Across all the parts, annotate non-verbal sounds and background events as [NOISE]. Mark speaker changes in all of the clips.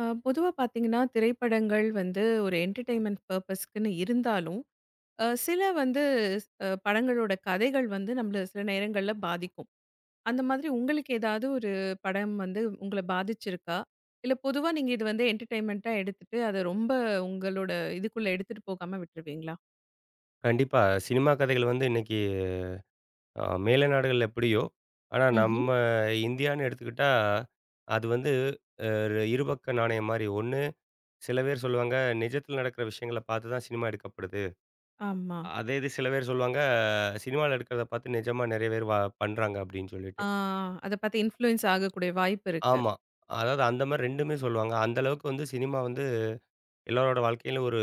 Speaker 1: பொதுவா பார்த்தீங்கன்னா, திரைப்படங்கள் வந்து ஒரு என்டர்டெயின்மென்ட் பர்ப்பஸ்க்குன்னு இருந்தாலும், சில வந்து படங்களோட கதைகள் வந்து நம்மள சில நேரங்கள்ல பாதிக்கும். அந்த மாதிரி உங்களுக்கு ஏதாவது ஒரு படம் வந்து உங்கள பாதிச்சிருக்கா? இல்ல பொதுவா நீங்க இது வந்து என்டர்டெயின்மென்ட்டா எடுத்துட்டு, அத ரொம்ப உங்களோட இதுக்குள்ள எடுத்துட்டு போகாம விட்டுருவீங்களா?
Speaker 2: கண்டிப்பா. சினிமா கதைகள் வந்து இன்னைக்கு மேல நாடுகள்ல எப்படியோ, ஆனா நம்ம
Speaker 1: ம்ஹ்ம்.
Speaker 2: இந்தியான்னு எடுத்துக்கிட்டா, அது வந்து ஒரு இருபக்க நாணயம் மாரி. ஒண்ணு சில பேர் சொல்லுவாங்க, நிஜத்துல நடக்கிற விஷயங்கள பார்த்து தான் சினிமா எடுக்கப்படுது.
Speaker 1: ஆமா.
Speaker 2: அதே இது சில பேர் சொல்லுவாங்க, சினிமால எடுக்கிறத பார்த்து நிஜமா நெறைய பேர் பண்றாங்க அப்படின்னு சொல்லிட்டு.
Speaker 1: ஆ அத பார்த்து இன்ஃப்ளூயன்ஸ் ஆகக்கூடிய வாய்ப்பு இருக்கு.
Speaker 2: ஆமா. அதாவது அந்த மாரி 2மே சொல்லுவாங்க. அந்த அளவுக்கு வந்து சினிமா வந்து எல்லாரோட வாழ்க்கையிலும் ஒரு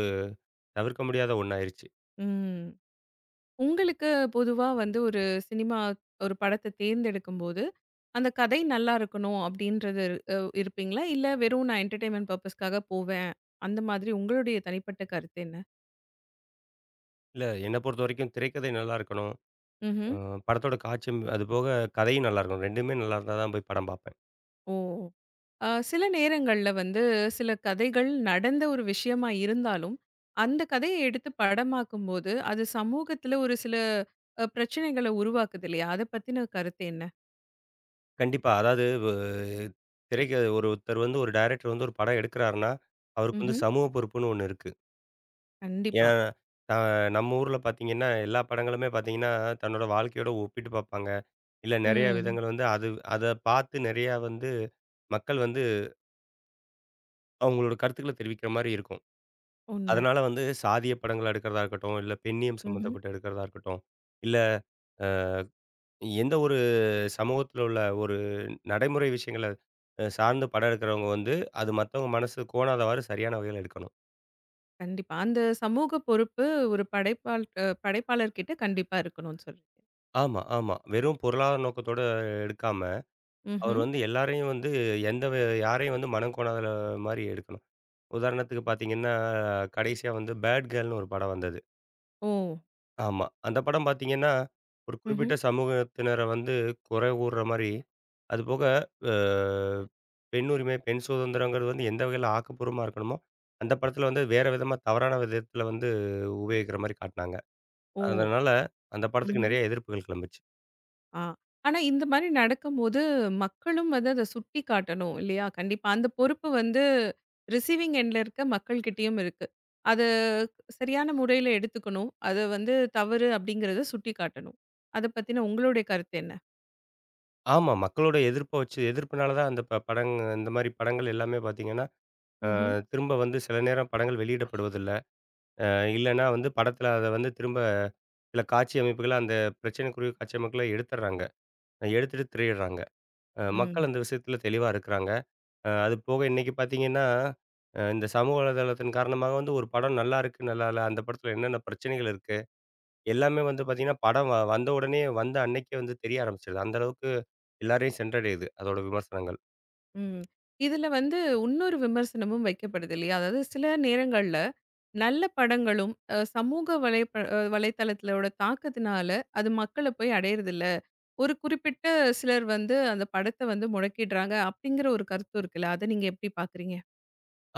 Speaker 2: தவிர்க்க முடியாத ஒண்ணாயிருச்சு.
Speaker 1: ம். உங்களுக்கு பொதுவா வந்து ஒரு சினிமா ஒரு படத்த தேர்ந்தெடுக்கும்போது, அந்த கதை நல்லா இருக்கணும் அப்டின்றது இருப்பீங்களா? இல்ல வெறும் நான் என்டர்டெயின்மென்ட் பர்ப்பஸ்க்காக போவேன். அந்த மாதிரி உங்களுடைய தனிப்பட்ட கருத்து என்ன?
Speaker 2: இல்ல என்ன பொறுத்தவரைக்கும் திரைக்கதை நல்லா இருக்கணும்.
Speaker 1: ம்ஹ்ம்.
Speaker 2: அ படத்தோட காட்சியும் அதுபோக கதையும் நல்லாயிருக்கும். 2மே நல்லா இருந்தா தான் போய் படம் பார்ப்பேன்.
Speaker 1: ஓ! சில நேரங்கள்ல வந்து சில கதைகள் நடந்த ஒரு விஷயமா இருந்தாலும், அந்த கதைய எடுத்து படமாக்கும்போது, அது சமூகத்துல ஒரு சில பிரச்சனைகள உருவாக்குது இல்லையா? அத பத்தின கருத்து என்ன?
Speaker 2: கண்டிப்பா. அதாவது திரைக்கு ஒருத்தர் வந்து ஒரு டைரக்டர் வந்து ஒரு படம் எடுக்கிறாருன்னா, அவருக்கு வந்து
Speaker 1: ம்ஹ்ம்.
Speaker 2: சமூக பொறுப்புன்னு ஒண்ணு இருக்கு.
Speaker 1: கண்டிப்பா.
Speaker 2: ஏன் அ நம்ம ஊர்ல பார்த்தீங்கன்னா, எல்லா படங்களுமே பார்த்தீங்கன்னா, தன்னோட வாழ்க்கையோட ஒப்பிட்டு பார்ப்பாங்க. இல்ல நெறைய
Speaker 1: ம்.
Speaker 2: விதங்கள் வந்து அது அத பார்த்து நெறையா வந்து மக்கள் வந்து அவங்களோட கருத்துக்கள தெரிவிக்கிற மாரி இருக்கும்.
Speaker 1: உண்ம.
Speaker 2: அதனால வந்து சாதிய படங்கள் எடுக்கிறதா இருக்கட்டும், இல்ல பெண்ணியம்
Speaker 1: ம்ஹ்ம்.
Speaker 2: சம்மந்தப்பட்டு எடுக்கிறதா இருக்கட்டும், இல்ல எந்த ஒரு சமூகத்துல உள்ள ஒரு நடைமுறை விஷயங்கள சார்ந்து படம் எடுக்கிறவங்க வந்து, அது மத்தவங்க மனசு கோணாதவாறு சரியான வகையில எடுக்கணும்.
Speaker 1: கண்டிப்பா. அந்த சமூக பொறுப்பு ஒரு படைப்பாள் அ படைப்பாளர் கிட்ட கண்டிப்பா இருக்கணும்னு சொல்றீங்க.
Speaker 2: ஆமா, ஆமா. வெறும் பொருளாதார நோக்கத்தோட எடுக்காம, அவர்
Speaker 1: ம்ஹ்ம்.
Speaker 2: வந்து எல்லாரையும் வந்து எந்த வே யாரையும் வந்து மனம் கோணாத மாரி எடுக்கணும். உதாரணத்துக்கு பார்த்தீங்கன்னா, கடைசியா வந்து பேட் கேர்ள்னு ஒரு படம் வந்தது.
Speaker 1: ஓ!
Speaker 2: ஆமா. அந்த படம் பார்த்தீங்கன்னா, ஒரு
Speaker 1: ம்ஹ்ம்.
Speaker 2: குறிப்பிட்ட சமூகத்தினர வந்து குறை கூறுற மாரி, அதுபோக அ பெண் உரிமை, பெண் சுதந்திரங்கிறது வந்து எந்த வகையில ஆக்கப்பூர்வமா இருக்கணுமோ, அந்த படத்தில வந்து வேற விதமா தவறான விதத்தில வந்து உபயோகிக்கிற மாரி காட்டினாங்க.
Speaker 1: ஓ!
Speaker 2: அதனால அந்த படத்துக்கு
Speaker 1: ம்ஹ்ம்.
Speaker 2: நெறைய எதிர்ப்புகள் கிளம்பிச்சு.
Speaker 1: ஆ. ஆனா இந்த மாரி நடக்கும்போது மக்களும் வந்து அத சுட்டி காட்டணும் இல்லையா? கண்டிப்பா. அந்த பொறுப்பு வந்து ரிசீவிங் எண்ட்ல இருக்க மக்கள்கிட்டயும் இருக்கு. அது சரியான முறையில எடுத்துக்கணும். அது வந்து தவறு அப்படிங்கிறத சுட்டி காட்டணும். அத பத்தின உங்களுடைய கருத்து என்ன?
Speaker 2: ஆமா. மக்களோட எதிர்ப்ப வச்சு எதிர்ப்புனால தான் அந்த ப படங் இந்த மாரி படங்கள் எல்லாமே பார்த்தீங்கன்னா,
Speaker 1: ம்ஹ்ம்.
Speaker 2: திரும்ப வந்து சில நேரம் படங்கள் வெளியிடப்படுவதில்ல. அ இல்லன்னா வந்து படத்தில அத வந்து திரும்ப சில காட்சி அமைப்புகள அந்த பிரச்சனைக்குரிய காட்சி அமைப்புகள எடுத்துடுறாங்க. எடுத்துட்டு திரியிடுறாங்க.
Speaker 1: ம்.
Speaker 2: மக்கள் அந்த விஷயத்தில தெளிவா இருக்கிறாங்க. அது போக இன்னைக்கு பார்த்தீங்கன்னா, இந்த சமூக வலைதளத்தின் காரணமாக வந்து ஒரு படம் நல்லா இருக்கு, நல்லா இல்ல. அந்த படத்தில என்னென்ன பிரச்சனைகள் இருக்கு, எல்லாமே வந்து பார்த்தீங்கன்னா, படம் வந்த உடனே வந்த அன்னைக்கே வந்து தெரிய ஆரம்பிச்சுருது. அந்த அளவுக்கு எல்லாரையும் சென்றடையுது, அதோட விமர்சனங்கள்.
Speaker 1: ம். இதுல வந்து இன்னொரு விமர்சனமும் வைக்கப்படுது இல்லையா? அதாவது சில நேரங்கள்ல நல்ல படங்களும் சமூக வலைப்ப அ வலைத்தளத்திலோட தாக்கத்தினால, அது மக்கள போய் அடையறதில்ல. ஒரு குறிப்பிட்ட சிலர் வந்து அந்த படத்த வந்து முடக்கிடுறாங்க, அப்படிங்கிற ஒரு கருத்து இருக்குல்ல. அத நீங்க எப்படி பார்க்குறீங்க?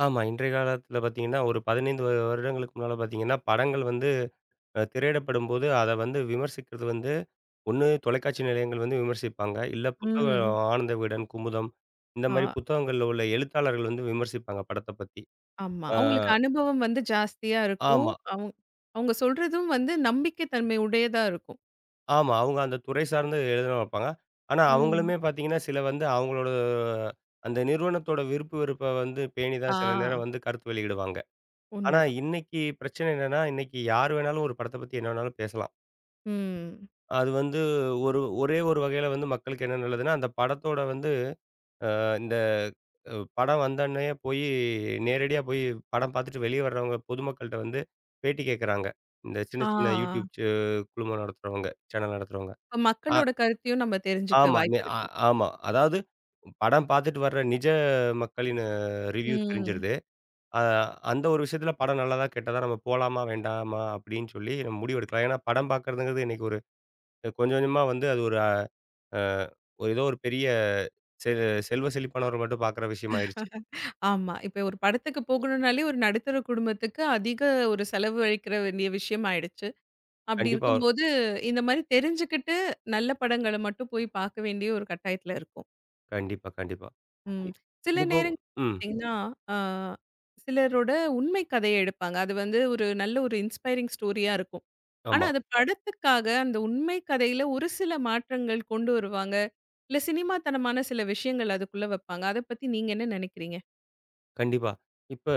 Speaker 2: ஆமா, இன்றைய காலத்தில பார்த்தீங்கன்னா, ஒரு 15 வருடங்களுக்கு முன்னால பார்த்தீங்கன்னா, படங்கள் வந்து திரையிடப்படும்போது, அத வந்து விமர்சிக்கிறது வந்து, ஒண்ணு தொலைக்காட்சி நிலையங்கள் வந்து விமர்சிப்பாங்க. இல்ல புத்தகம்
Speaker 1: ம்.
Speaker 2: ஆனந்த விகடன், குமுதம் இந்த
Speaker 1: ஆ
Speaker 2: மாரி புத்தகங்கள்ல உள்ள எழுத்தாளர்கள் வந்து விமர்சிப்பாங்க படத்த பத்தி.
Speaker 1: ஆமா.
Speaker 2: ஆ.
Speaker 1: அவங்களுக்கு அனுபவம் வந்து ஜாஸ்தியா இருக்கும்.
Speaker 2: ஆமா,
Speaker 1: அவங் அவங்க சொல்றதும் வந்து நம்பிக்கை தன்மை உடையதா இருக்கும்.
Speaker 2: ஆமா. அவங்க அந்த துறை சார்ந்து எழுதனவங்க இருப்பாங்க. ஆனா,
Speaker 1: ம்.
Speaker 2: அவங்களுமே பார்த்தீங்கன்னா, சில வந்து அவங்களோட அந்த நிறுவனத்தோட விருப்பு வெறுப்ப வந்து பேணி
Speaker 1: ஆ
Speaker 2: தான் சில நேரம் வந்து கருத்து வெளியிடுவாங்க. ஆனா,
Speaker 1: உண்மைதான்.
Speaker 2: இன்னைக்கு பிரச்சனை என்னன்னா, இன்னைக்கு யார் வேணாலும் ஒரு படத்த பத்தி என்ன வேணாலும் பேசலாம்.
Speaker 1: ம்.
Speaker 2: அது வந்து ஒரே ஒரு வகையில வந்து மக்களுக்கு என்ன நல்லதுன்னா, அந்த படத்தோட வந்து அ அ படம் வந்தோன்னயே போயி நேரடியா போய் படம் பார்த்துட்டு வெளிய வர்றவங்க பொதுமக்கள்ட்ட வந்து பேட்டி கேட்கறாங்க. இந்த சின்ன சின்ன YouTube
Speaker 1: ஆ.
Speaker 2: குழுமம் நடத்துறவங்க, சேனல் நடத்துறவங்க.
Speaker 1: இப்ப
Speaker 2: அ
Speaker 1: மக்களோட கருத்தையும் நம்ம தெரிஞ்சுக்க
Speaker 2: ஆமா. நெ
Speaker 1: வாய்ப்பு
Speaker 2: ஆ
Speaker 1: இருக்கு.
Speaker 2: ஆமா. அதாவது படம் பார்த்துட்டு வர்ற மக்களின் ரிவ்யூ
Speaker 1: ம்.
Speaker 2: தெரிஞ்சிருது. அ அந்த ஒரு விஷயத்துல படம் நல்லதா, கெட்டதா நம்ம போலாமா, வேண்டாமா அப்படின்னு சொல்லி நம்ம முடிவு எடுக்கலாம். ஏன்னா படம் பார்க்கறதுங்கிறது இன்னைக்கு ஒரு கொஞ்சம் கொஞ்சமா வந்து அது ஒரு ஒரு ஏதோ ஒரு பெரிய செ செல்வ செழிப்பானவர் மட்டும் பார்க்குற விஷயம் ஆயிருச்சு.
Speaker 1: ஆமா. இப்ப ஒரு படத்துக்கு போகணும்னாலே ஒரு நடுத்தர குடும்பத்துக்கு அதிக ஒரு செலவழிக்கிற வேண்டிய விஷயம் ஆயிடுச்சு. அப்படி
Speaker 2: கண்டிப்பா. ஒரு-
Speaker 1: இருக்கும்போது, இந்த மாரி தெரிஞ்சுக்கிட்டு நல்ல படங்கள மட்டும் போய் பார்க்க வேண்டிய ஒரு கட்டாயத்துல இருக்கோம்.
Speaker 2: கண்டிப்பா, கண்டிப்பா.
Speaker 1: ம்.
Speaker 2: இ
Speaker 1: சில
Speaker 2: இது போக
Speaker 1: நேரங்கள்ல
Speaker 2: ம்.
Speaker 1: பார்த்தீங்கன்னா, ஆ சிலரோட உண்மை கதைய எடுப்பாங்க. அது வந்து ஒரு நல்ல ஒரு இன்ஸ்பைரிங் ஸ்டோரியா இருக்கும். ஆனா
Speaker 2: ஆமா.
Speaker 1: அது படத்துக்காக அந்த உண்மை கதையில ஒரு சில மாற்றங்கள் கொண்டு வருவாங்க. இல்ல சினிமாத்தனமான சில விஷயங்கள் அதுக்குள்ள வைப்பாங்க. அத பத்தி நீங்க என்ன நினைக்கிறீங்க?
Speaker 2: கண்டிப்பா. இப்ப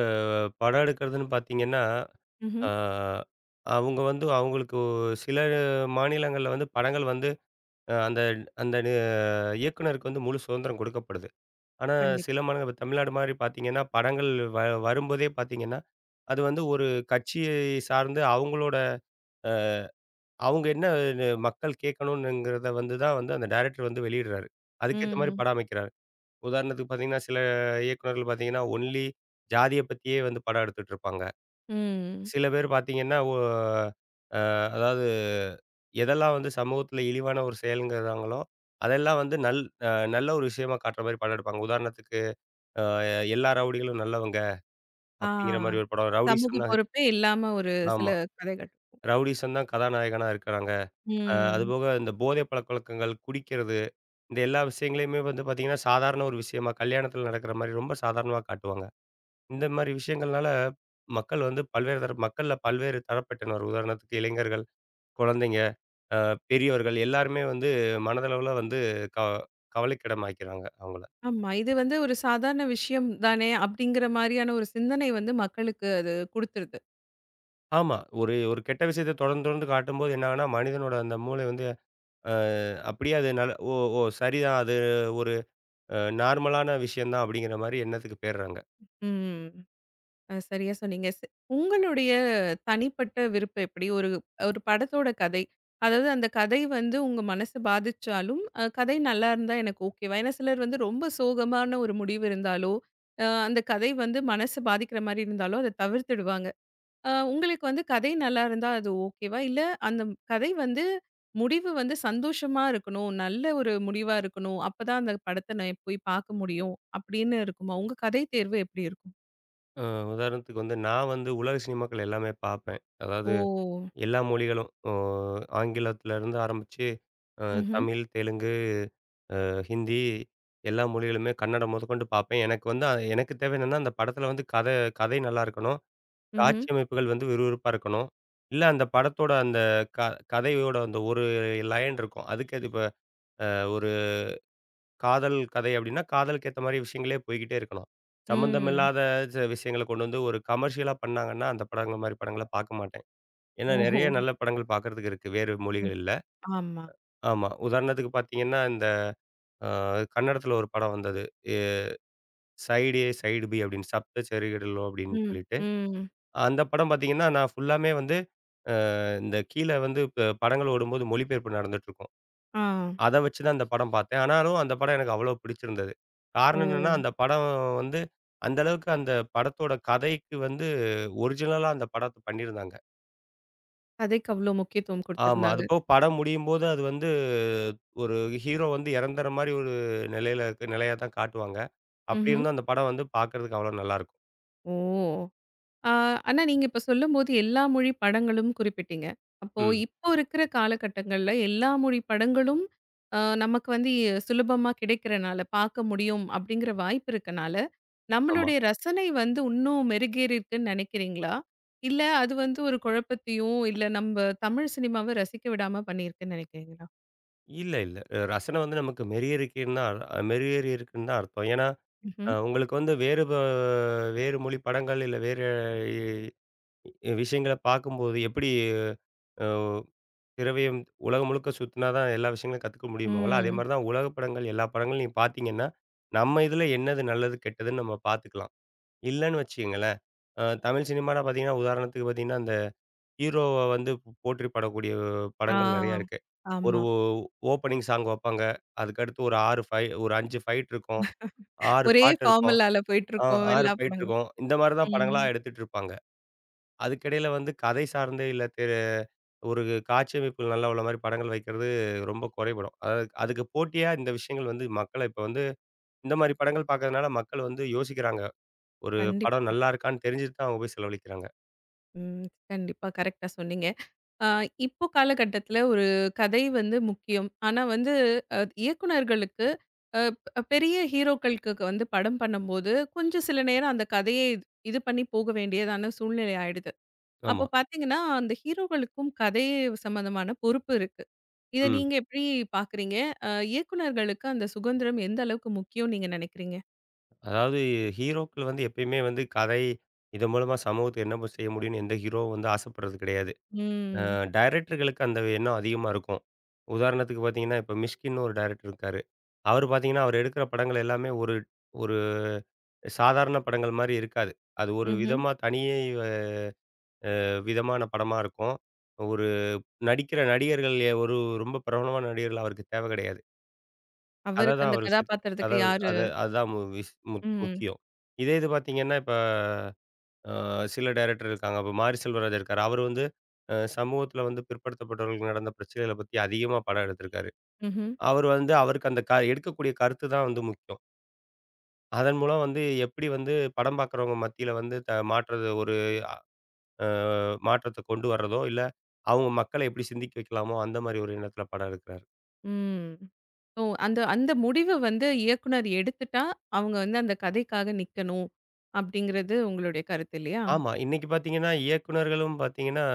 Speaker 2: படம் எடுக்கிறதுன்னு பார்த்தீங்கன்னா, ஆ
Speaker 1: ம்ஹ்ம்.
Speaker 2: அவங்க வந்து அவங்களுக்கு சில மாநிலங்கள்ல வந்து படங்கள் வந்து அ அந்த அந்த நி இயக்குனருக்கு வந்து முழு சுதந்திரம் கொடுக்கப்படுது. ஆனா சில
Speaker 1: கண்டிப்பா.
Speaker 2: மாநில தமிழ்நாடு மாரி பார்த்தீங்கன்னா, படங்கள் வ வரும்போதே பார்த்தீங்கன்னா, அது வந்து ஒரு கட்சியை சார்ந்து அவங்களோட அ அவங்க என்ன மக்கள் கேட்கணும்ங்கிறத வந்து தான் வந்து அந்த டைரக்டர் வந்து வெளியிடுறாரு. அதுக்கேத்த மாரி
Speaker 1: ம்.
Speaker 2: படம் அமைக்கிறார். உதாரணத்துக்கு பார்த்தீங்கன்னா, சில இயக்குனர்கள் பார்த்தீங்கன்னா, ஒன்லி ஜாதிய பத்தியே வந்து படம் எடுத்துட்டு இருப்பாங்க.
Speaker 1: ம்.
Speaker 2: சில பேர் பார்த்தீங்கன்னா, ஒ அ அதாவது எதெல்லாம் வந்து சமூகத்தில இழிவான ஒரு செயல்ங்கிறாங்களோ, அதெல்லாம் வந்து அ நல்ல ஒரு விஷயமா காட்டுற மாரி படம் எடுப்பாங்க. உதாரணத்துக்கு அ எல்லா ரவுடிகளும் நல்லவங்க
Speaker 1: ஆ.
Speaker 2: அப்படிங்கிற மாரி ஒரு படம்.
Speaker 1: சமூக
Speaker 2: ரவுடிசம் தான்.
Speaker 1: பொறுப்பே இல்லாம ஒரு சில
Speaker 2: ஆமா.
Speaker 1: கதைகள்.
Speaker 2: ரவுடிசம் தான் கதாநாயகனா இருக்கிறாங்க.
Speaker 1: ம்.
Speaker 2: அதுபோக இந்த போதை பழக்கவழக்கங்கள், குடிக்கிறது, இந்த எல்லா விஷயங்களையுமே வந்து பார்த்தீங்கன்னா, சாதாரண ஒரு விஷயமா கல்யாணத்தில நடக்கிற மாரி ரொம்ப சாதாரணமா காட்டுவாங்க. இந்த மாரி விஷயங்கள்னால, மக்கள் வந்து பல்வேறு தர மக்கள்ல பல்வேறு தரப்பட்டனர். உதாரணத்துக்கு இளைஞர்கள், குழந்தைங்க, அ பெரியவர்கள் எல்லாருமே வந்து மனதளவுல வந்து க கவலைக்கிடமாக்கிறாங்க அவங்கள.
Speaker 1: ஆமா. இது வந்து ஒரு சாதாரண விஷயம் தானே! அப்டிங்கிற மாரியான ஒரு சிந்தனை வந்து மக்களுக்கு அது குடுத்துருது.
Speaker 2: ஆமா. ஒரு ஒரு கெட்ட விஷயத்த தொடர்ந்து தொடர்ந்து காட்டும்போது என்ன ஆகும்னா, மனிதனோட அந்த மூளை வந்து அ அப்படியே அது நல்ல ஓ ஓ சரிதான். அது ஒரு நார்மலான விஷயம் தான் அப்படிங்கிற மாரி எண்ணத்துக்கு போயிடுறாங்க.
Speaker 1: ம். சரியா சொன்னீங்க. உங்களுடைய தனிப்பட்ட விருப்பம் எப்படி? ஒரு ஒரு படத்தோட கதை. அதாவது அந்த கதை வந்து உங்க மனச பாதிச்சாலும், கதை நல்லா இருந்தா எனக்கு ஓகேவா? ஏன்னா சிலர் வந்து ரொம்ப சோகமான ஒரு முடிவு இருந்தாலோ, அந்த கதை வந்து மனச பாதிக்கிற மாரி இருந்தாலோ, அத தவிர்த்துடுவாங்க. உங்களுக்கு வந்து கதை நல்லா இருந்தா அது ஓகேவா? இல்ல அந்த கதை வந்து முடிவு வந்து சந்தோஷமா இருக்கணும். நல்ல ஒரு முடிவா இருக்கணும். அப்பதான் அந்த படத்த நான் போய் பார்க்க முடியும். அப்படின்னு இருக்குமா? உங்க கதை தேர்வு எப்படி இருக்கும்?
Speaker 2: அ உதாரணத்துக்கு வந்து நான் வந்து உலக சினிமாக்கள் எல்லாமே பார்ப்பேன். அதாவது
Speaker 1: ஓ!
Speaker 2: எல்லா மொழிகளும். ஆங்கிலத்திலருந்து ஆரம்பிச்சு, அ
Speaker 1: ம்ஹ்ம்.
Speaker 2: தமிழ், தெலுங்கு, ஹிந்தி எல்லா மொழிகளுமே கன்னடம் முதற்கொண்டு பார்ப்பேன். எனக்கு வந்து எனக்கு தேவை என்னன்னா, அந்த படத்தில வந்து கதை கதை நல்லா இருக்கணும்.
Speaker 1: ம்ஹ்ம்.
Speaker 2: காட்சி அமைப்புகள் வந்து விறுவிறுப்பா இருக்கணும். இல்ல அந்த படத்தோட அந்த க கதையோட அந்த ஒரு லயன் இருக்கும். அதுக்கு அது இப்ப அ ஒரு காதல் கதை அப்டின்னா, காதலுக்கு ஏத்த மாரி விஷயங்களே போய்க்கிட்டே இருக்கணும்.
Speaker 1: ம்.
Speaker 2: சம்மந்தமில்லாத விஷயங்கள கொண்டு வந்து ஒரு கமர்ஷியலா பண்ணாங்கன்னா, அந்த படங்கள் மாரி படங்கள பார்க்க மாட்டேன். ஏன்னா
Speaker 1: ஓஹோ!
Speaker 2: நெறைய நல்ல படங்கள் பார்க்கறதுக்கு இருக்கு, வேறு
Speaker 1: ம்.
Speaker 2: மொழிகள்ல.
Speaker 1: ஆமா.
Speaker 2: ஆமா. உதாரணத்துக்கு பார்த்தீங்கன்னா, இந்த அ கன்னடத்தில ஒரு படம் வந்தது. எ "சைடு ஏ, சைடு பி" அப்படின்னு "சப்த செருகிடலோ" அப்படின்னு
Speaker 1: ம்.
Speaker 2: சொல்லிட்டு.
Speaker 1: ம்.
Speaker 2: அந்த படம் பார்த்தீங்கன்னா, நான் ஃபுல்லாமே வந்து அ இந்த கீழ வந்து படங்கள் ஓடும்போது மொழிபெயர்ப்பு நடந்துட்டுருக்கும்.
Speaker 1: ஆ.
Speaker 2: அத வச்சு தான் அந்த படம் பார்த்தேன். ஆனாலும் அந்த படம் எனக்கு அவ்வளோ பிடிச்சிருந்தது.
Speaker 1: ஓ!
Speaker 2: காரணம் என்னன்னா, அந்த படம் வந்து அந்த அளவுக்கு அந்த படத்தோட கதைக்கு வந்து ஒரிஜினலா அந்த படத்த பண்ணியிருந்தாங்க.
Speaker 1: கதைக்கு அவ்ளோ முக்கியத்துவம்
Speaker 2: ஆமா. அது
Speaker 1: குடுத்துருந்தாங்க.
Speaker 2: போக படம் முடியும்போது அது வந்து ஒரு ஹீரோ வந்து இறந்துற மாரி ஒரு நிலையில இருக்கு நிலையா தான் காட்டுவாங்க. அப்படி
Speaker 1: ம்ஹ்ம்.
Speaker 2: இருந்தும் அந்த படம் வந்து பார்க்கறதுக்கு அவ்வளோ நல்லாயிருக்கும்.
Speaker 1: ஓ! ஆ, ஆனா நீங்க இப்ப சொல்லும்போது எல்லா மொழி படங்களும் குறிப்பிட்டீங்க. அப்போ
Speaker 2: ம்.
Speaker 1: இப்போ இருக்கிற காலகட்டங்கள்ல எல்லா மொழி படங்களும் நமக்கு வந்து சுலபமா கிடைக்கிறனால, பார்க்க முடியும் அப்படிங்கிற வாய்ப்பு இருக்கனால,
Speaker 2: ஆமா.
Speaker 1: நம்மளுடைய ரசனை வந்து இன்னும் மெருகேறியிருக்குன்னு நினைக்கிறீங்களா? இல்ல அது வந்து ஒரு குழப்பத்தையும், இல்ல நம்ப தமிழ் சினிமாவ ரசிக்க விடாம பண்ணியிருக்குன்னு நினைக்கிறீங்களா?
Speaker 2: இல்ல, இல்ல. ரசனை வந்து நமக்கு மெருகேறிக்கின்னு தான் மெருகேறி இருக்குன்னு தான் அர்த்தம். ஏன்னா,
Speaker 1: ம்ஹ்ம்.
Speaker 2: உங்களுக்கு வந்து வேறு மொழி படங்கள், இல்ல வேறு இ விஷயங்கள பார்க்கும்போது எப்படி அ திரவியம் உலகம் முழுக்க சுத்தினா தான் எல்லா விஷயங்களையும் கத்துக்க முடியுமாங்களா? அதே
Speaker 1: ம்.
Speaker 2: மாரி தான் உலக படங்கள், எல்லா படங்களும் நீங்க பார்த்தீங்கன்னா, நம்ம இதுல என்னது நல்லது, கெட்டதுன்னு நம்ம பார்த்துக்கலாம். இல்லன்னு வச்சுக்கங்களேன், தமிழ் சினிமானா பார்த்தீங்கன்னா, உதாரணத்துக்கு பார்த்தீங்கன்னா, அந்த ஹீரோவ வந்து போற்றி பாடக்கூடிய
Speaker 1: ஆ.
Speaker 2: படங்கள் நெறையா இருக்கு. ஒரு
Speaker 1: ஆமா.
Speaker 2: ஓ ஓப்பனிங் சாங் வப்பாங்க. அதுக்கடுத்து ஒரு 5 ஃபைட் இருக்கும். 6
Speaker 1: ஒரே
Speaker 2: பாட்டு இருக்கும்.
Speaker 1: ஃபார்முலால
Speaker 2: ஆ
Speaker 1: போயிட்டுருக்கோம்
Speaker 2: 6
Speaker 1: எல்லா
Speaker 2: ஃபைட்
Speaker 1: படங்களும்.
Speaker 2: இருக்கும். இந்த மாரி தான் படங்களா
Speaker 1: ம்.
Speaker 2: எடுத்துட்டு இருப்பாங்க. அதுக்கிடையில வந்து கதை சார்ந்து இல்ல ஒரு காட்சியமைப்புகள் நல்லா உள்ள மாரி படங்கள் வைக்கிறது ரொம்ப குறைபடும். அதாவது அதுக்கு போட்டியா இந்த விஷயங்கள் வந்து மக்கள இப்ப வந்து இந்த மாரி படங்கள் பார்க்கறதுனால மக்கள் வந்து யோசிக்கிறாங்க. ஒரு
Speaker 1: கண்டிப்பா.
Speaker 2: படம் நல்லா இருக்கான்னு தெரிஞ்சுட்டு தான் அவங்க போய் செலவழிக்கிறாங்க.
Speaker 1: ம். கண்டிப்பா. கரெக்ட்டா சொன்னீங்க. அ இப்போ காலகட்டத்தில ஒரு கதை வந்து முக்கியம். ஆனா வந்து இயக்குனர்களுக்கு அ ப் பெரிய ஹீரோக்களுக்கு வந்து படம் பண்ணும்போது, கொஞ்சம் சில நேரம் அந்த கதையை இது இது பண்ணி போக வேண்டியதான சூழ்நிலை ஆயிடுது. அப்போ
Speaker 2: ஆமா.
Speaker 1: பார்த்தீங்கன்னா, அந்த ஹீரோக்களுக்கும் கதை சம்மந்தமான பொறுப்பு இருக்கு. இத
Speaker 2: ம்.
Speaker 1: நீங்க எப்படி பார்க்குறீங்க? இயக்குனர்களுக்கு அந்த சுதந்திரம் எந்த அளவுக்கு முக்கியம்னு நீங்க நினைக்கிறீங்க?
Speaker 2: அதாவது ஹீரோக்கள் வந்து எப்பயுமே வந்து கதை, இதன் மூலமா சமூகத்துக்கு என்ன செய்ய முடியும்னு எந்த ஹீரோவும் வந்து ஆசைப்படுறது கிடையாது.
Speaker 1: ம்.
Speaker 2: டைரக்டர்களுக்கு அந்த எண்ணம் அதிகமா இருக்கும். உதாரணத்துக்கு பார்த்தீங்கன்னா, இப்ப மிஷ்கின்னு ஒரு டைரக்டர் இருக்காரு. அவரு பார்த்தீங்கன்னா, அவர் எடுக்கிற படங்கள் எல்லாமே ஒரு ஒரு சாதாரண படங்கள் மாரி இருக்காது. அது ஒரு
Speaker 1: ம்ஹ்ம்.
Speaker 2: விதமா தனியே அ விதமான படமா இருக்கும். ஒரு நடிக்கிற நடிகர்கள் எ ஒரு ரொம்ப பிரபலமான நடிகர்கள் அவருக்கு தேவை கிடையாது.
Speaker 1: அவருக்கு
Speaker 2: தான்
Speaker 1: அந்த
Speaker 2: அவரு.
Speaker 1: கதாபாத்திரத்துக்கு
Speaker 2: அதாவது
Speaker 1: யாரு?
Speaker 2: அத அதான் மு விஷ் முக்
Speaker 1: ம்.
Speaker 2: முக்கியம். இதே இது பார்த்தீங்கன்னா, இப்ப அ சில டைரக்டர் இருக்காங்க. இப்ப மாரி செல்வராஜ் இருக்காரு. அவரு வந்து சமூகத்தில வந்து பிற்படுத்தப்பட்டவர்களுக்கு நடந்த பிரச்சனைகள பத்தி அதிகமா படம் எடுத்திருக்காரு.
Speaker 1: ம்ஹ்ம்.
Speaker 2: அவரு வந்து அவருக்கு அந்த எடுக்கக்கூடிய கருத்து தான் வந்து முக்கியம். அதன் மூலம் வந்து எப்படி வந்து படம் பார்க்குறவங்க மத்தியில வந்து த மாற்றது ஒரு அ மாற்றத்த கொண்டு வர்றதோ, இல்ல அவங்க மக்கள எப்படி சிந்திக்க வைக்கலாமோ, அந்த மாரி ஒரு எண்ணத்தில படம் எடுக்கிறாரு.
Speaker 1: ம். ஓ! அந்த அந்த முடிவு வந்து இயக்குனர் எடுத்துட்டா, அவங்க வந்து அந்த கதைக்காக நிக்கணும். அப்படிங்கிறது உங்களுடைய கருத்து இல்லையா?
Speaker 2: ஆமா. இன்னைக்கு பார்த்தீங்கன்னா, இயக்குனர்களும் பார்த்தீங்கன்னா,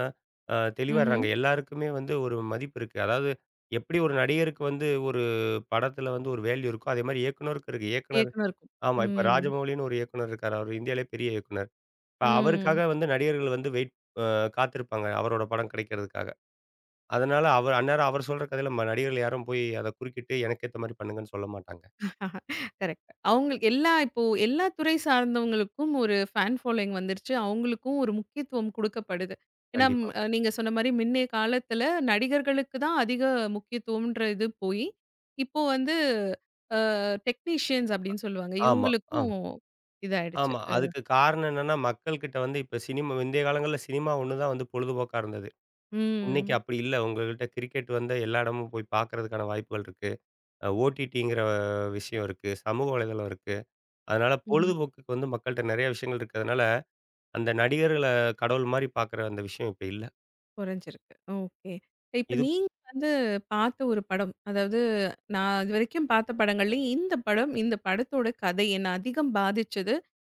Speaker 2: தெளிவாயிடுறாங்க.
Speaker 1: ம்ஹ்ம்.
Speaker 2: எல்லாருக்குமே வந்து ஒரு மதிப்பு இருக்கு. அதாவது எப்படி ஒரு நடிகருக்கு வந்து ஒரு படத்துல வந்து ஒரு வேல்யூ இருக்கோ, அதே மாரி இயக்குனருக்கும் இருக்கு. இயக்குனர்.
Speaker 1: இயக்குனருக்கும்.
Speaker 2: ஆமா. இப்ப
Speaker 1: ம்.
Speaker 2: ராஜமௌலின்னு ஒரு இயக்குனர் இருக்காரு. அவரு இந்தியாவிலேயே பெரிய இயக்குனர். இப்ப
Speaker 1: ம்.
Speaker 2: அவருக்காக வந்து நடிகர்கள் வந்து வெயிட் காத்திருப்பாங்க. அவரோட படம் கிடைக்கிறதுக்காக. அதனால அவர் அந்நேரம் அவர் சொல்ற கதையில நடிகர்கள் யாரும் போய் அத குறுக்கிட்டு, எனக்கு ஏத்த மாரி பண்ணுங்கன்னு சொல்ல மாட்டாங்க.
Speaker 1: [LAUGHS] கரெக்ட். அவங்க எல்லா இப்போ எல்லா துறை சார்ந்தவங்களுக்கும் ஒரு ஃபேன் ஃபாலோயிங் வந்துருச்சு. அவங்களுக்கும் ஒரு முக்கியத்துவம் குடுக்கப்படுது. ஏன்னா ம்
Speaker 2: கண்டிப்பா.
Speaker 1: நீங்க சொன்ன மாரி முன்னைய காலத்துல நடிகர்களுக்கு தான் அதிக முக்கியத்துவம்ன்ற இது போயி, இப்போ வந்து டெக்னீஷியன்ஸ் அப்படின்னு சொல்லுவாங்க.
Speaker 2: ஆமா. ஆ.
Speaker 1: இவங்களுக்கும் இதாயிடுச்சு.
Speaker 2: ஆமா. அதுக்கு காரணம் என்னன்னா, மக்கள்கிட்ட வந்து இப்ப சினிமா முந்தைய காலங்கள்ல சினிமா ஒண்ணு தான் வந்து பொழுதுபோக்கா இருந்தது. இன்னைக்கு அப்படி இல்ல. உங்ககிட்ட கிரிக்கெட் வந்து எல்லா இடமும் போய் பார்க்கறதுக்கான வாய்ப்புகள் இருக்கு. ஓடிடிங்கிற விஷயம் இருக்கு. சமூக வலைதளம் இருக்கு. அதனால
Speaker 1: ம்.
Speaker 2: பொழுதுபோக்குக்கு வந்து மக்கள்ட்ட நெறைய விஷயங்கள் இருக்கிறதுனால, அந்த நடிகர்கள கடவுள் மாரி பார்க்குற அந்த விஷயம் இப்ப இல்ல.
Speaker 1: குறைஞ்சிருக்கு. ஓகே. இப்ப
Speaker 2: இது
Speaker 1: நீங்க வந்து பார்த்த ஒரு படம், அதாவது நான் இதுவரைக்கும் பார்த்த படங்கள்லயும் இந்த படம், இந்த படத்தோட கதை என்ன அதிகம் பாதிச்சது.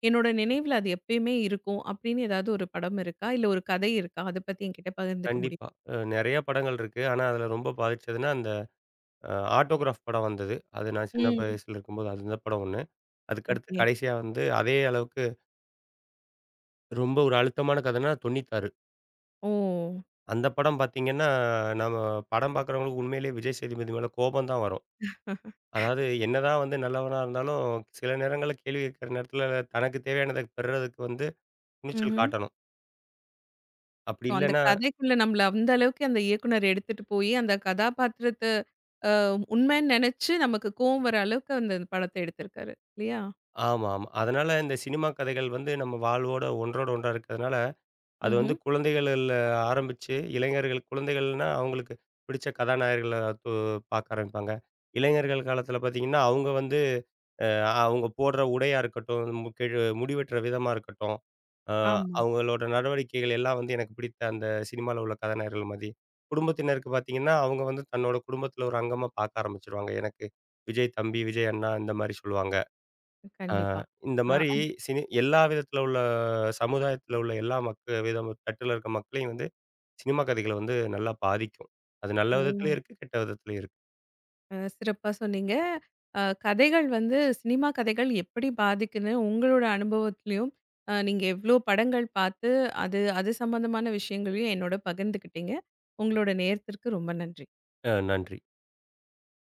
Speaker 1: என்னோட நினைவுல அது எப்பயுமே இருக்கும் அப்படின்னு ஏதாவது ஒரு படம் இருக்கா? இல்ல ஒரு கதை இருக்கா? அத பத்தி என்கிட்ட பகிர்ந்துக்க
Speaker 2: கண்டிப்பா.
Speaker 1: முடியுமா?
Speaker 2: நெறைய படங்கள் இருக்கு. ஆனா, அதில ரொம்ப பாதிச்சதுன்னா, அந்த அ ஆட்டோகிராஃப் படம் வந்தது. அது நான் சின்ன
Speaker 1: ம்.
Speaker 2: வயசுல இருக்கும்போது அது அந்த படம் ஒண்ணு. அதுக்கடுத்து
Speaker 1: ஓகே.
Speaker 2: கடைசியா வந்து அதே அளவுக்கு ரொம்ப ஒரு அழுத்தமான கதைன்னா 96.
Speaker 1: ஓ!
Speaker 2: அந்த படம் பார்த்தீங்கன்னா, நம்ம படம் பார்க்குறவங்களுக்கு உண்மையிலேயே விஜய் சேதுபதி மேல கோபம் தான் வரும். அதாவது என்னதான் வந்து நல்லவனா இருந்தாலும், சில நேரங்கள்ல கேள்வி கேட்கிற நேரத்துல தனக்கு தேவையானத பெறுறதுக்கு வந்து துணிச்சல்
Speaker 1: ம்ஹ்ம்.
Speaker 2: காட்டணும். அப்படி
Speaker 1: ஸோ அந்த
Speaker 2: இல்லன்னா
Speaker 1: கதைக்குள்ள நம்மள அந்த அளவுக்கு அந்த இயக்குனர் எடுத்துட்டு போயி, அந்த கதாபாத்திரத்த அ உண்மைன்னு நெனச்சு நமக்கு கோவம் வர அளவுக்கு அந்த படத்த எடுத்திருக்காரு. இல்லையா?
Speaker 2: ஆமா, ஆமா. அதனால இந்த சினிமா கதைகள் வந்து நம்ம வாழ்வோட ஒன்றோட ஒன்றா இருக்கிறதுனால அது வந்து
Speaker 1: ம்ஹ்ம்.
Speaker 2: குழந்தைகள்ல ஆரம்பிச்சு இளைஞர்கள் குழந்தைகள்னா அவங்களுக்கு பிடிச்ச கதாநாயகர்கள து பார்க்க ஆரம்பிப்பாங்க. இளைஞர்கள் காலத்தில பார்த்தீங்கன்னா, அவங்க வந்து அ அவங்க போடுற உடையா இருக்கட்டும், மு கெழு முடி வெட்டுற விதமா இருக்கட்டும், அ
Speaker 1: ஆமா.
Speaker 2: அவங்களோட நடவடிக்கைகள் எல்லாம் வந்து எனக்கு பிடித்த அந்த சினிமால உள்ள கதாநாயகர்கள் மாதி. குடும்பத்தினருக்கு பார்த்தீங்கன்னா, அவங்க வந்து தன்னோட குடும்பத்தில ஒரு அங்கமா பார்க்க ஆரம்பிச்சுருவாங்க. எனக்கு விஜய் தம்பி, விஜய் அண்ணா இந்த மாரி சொல்லுவாங்க. ஆ,
Speaker 1: கண்டிப்பா.
Speaker 2: இந்த
Speaker 1: அ
Speaker 2: மாரி
Speaker 1: அந்
Speaker 2: எல்லா விதத்தில உள்ள சமுதாயத்தில உள்ள எல்லா மக்க விதம் தட்டுல இருக்க மக்களையும் வந்து சினிமா கதைகள் வந்து நல்லா பாதிக்கும். அது நல்ல
Speaker 1: ஓ!
Speaker 2: விதத்திலயும் இருக்கு, கெட்ட விதத்திலயும் இருக்கு.
Speaker 1: சிறப்பா சொன்னீங்க. கதைகள் வந்து சினிமா கதைகள் எப்படி பாதிக்குன்னு உங்களோட அனுபவத்திலயும், நீங்க எவ்ளோ படங்கள் பார்த்து, அது அது சம்மந்தமான விஷயங்களையும் என்னோட பகிர்ந்துக்கிட்டீங்க. உங்களோட நேரத்திற்கு ரொம்ப நன்றி.
Speaker 2: நன்றி.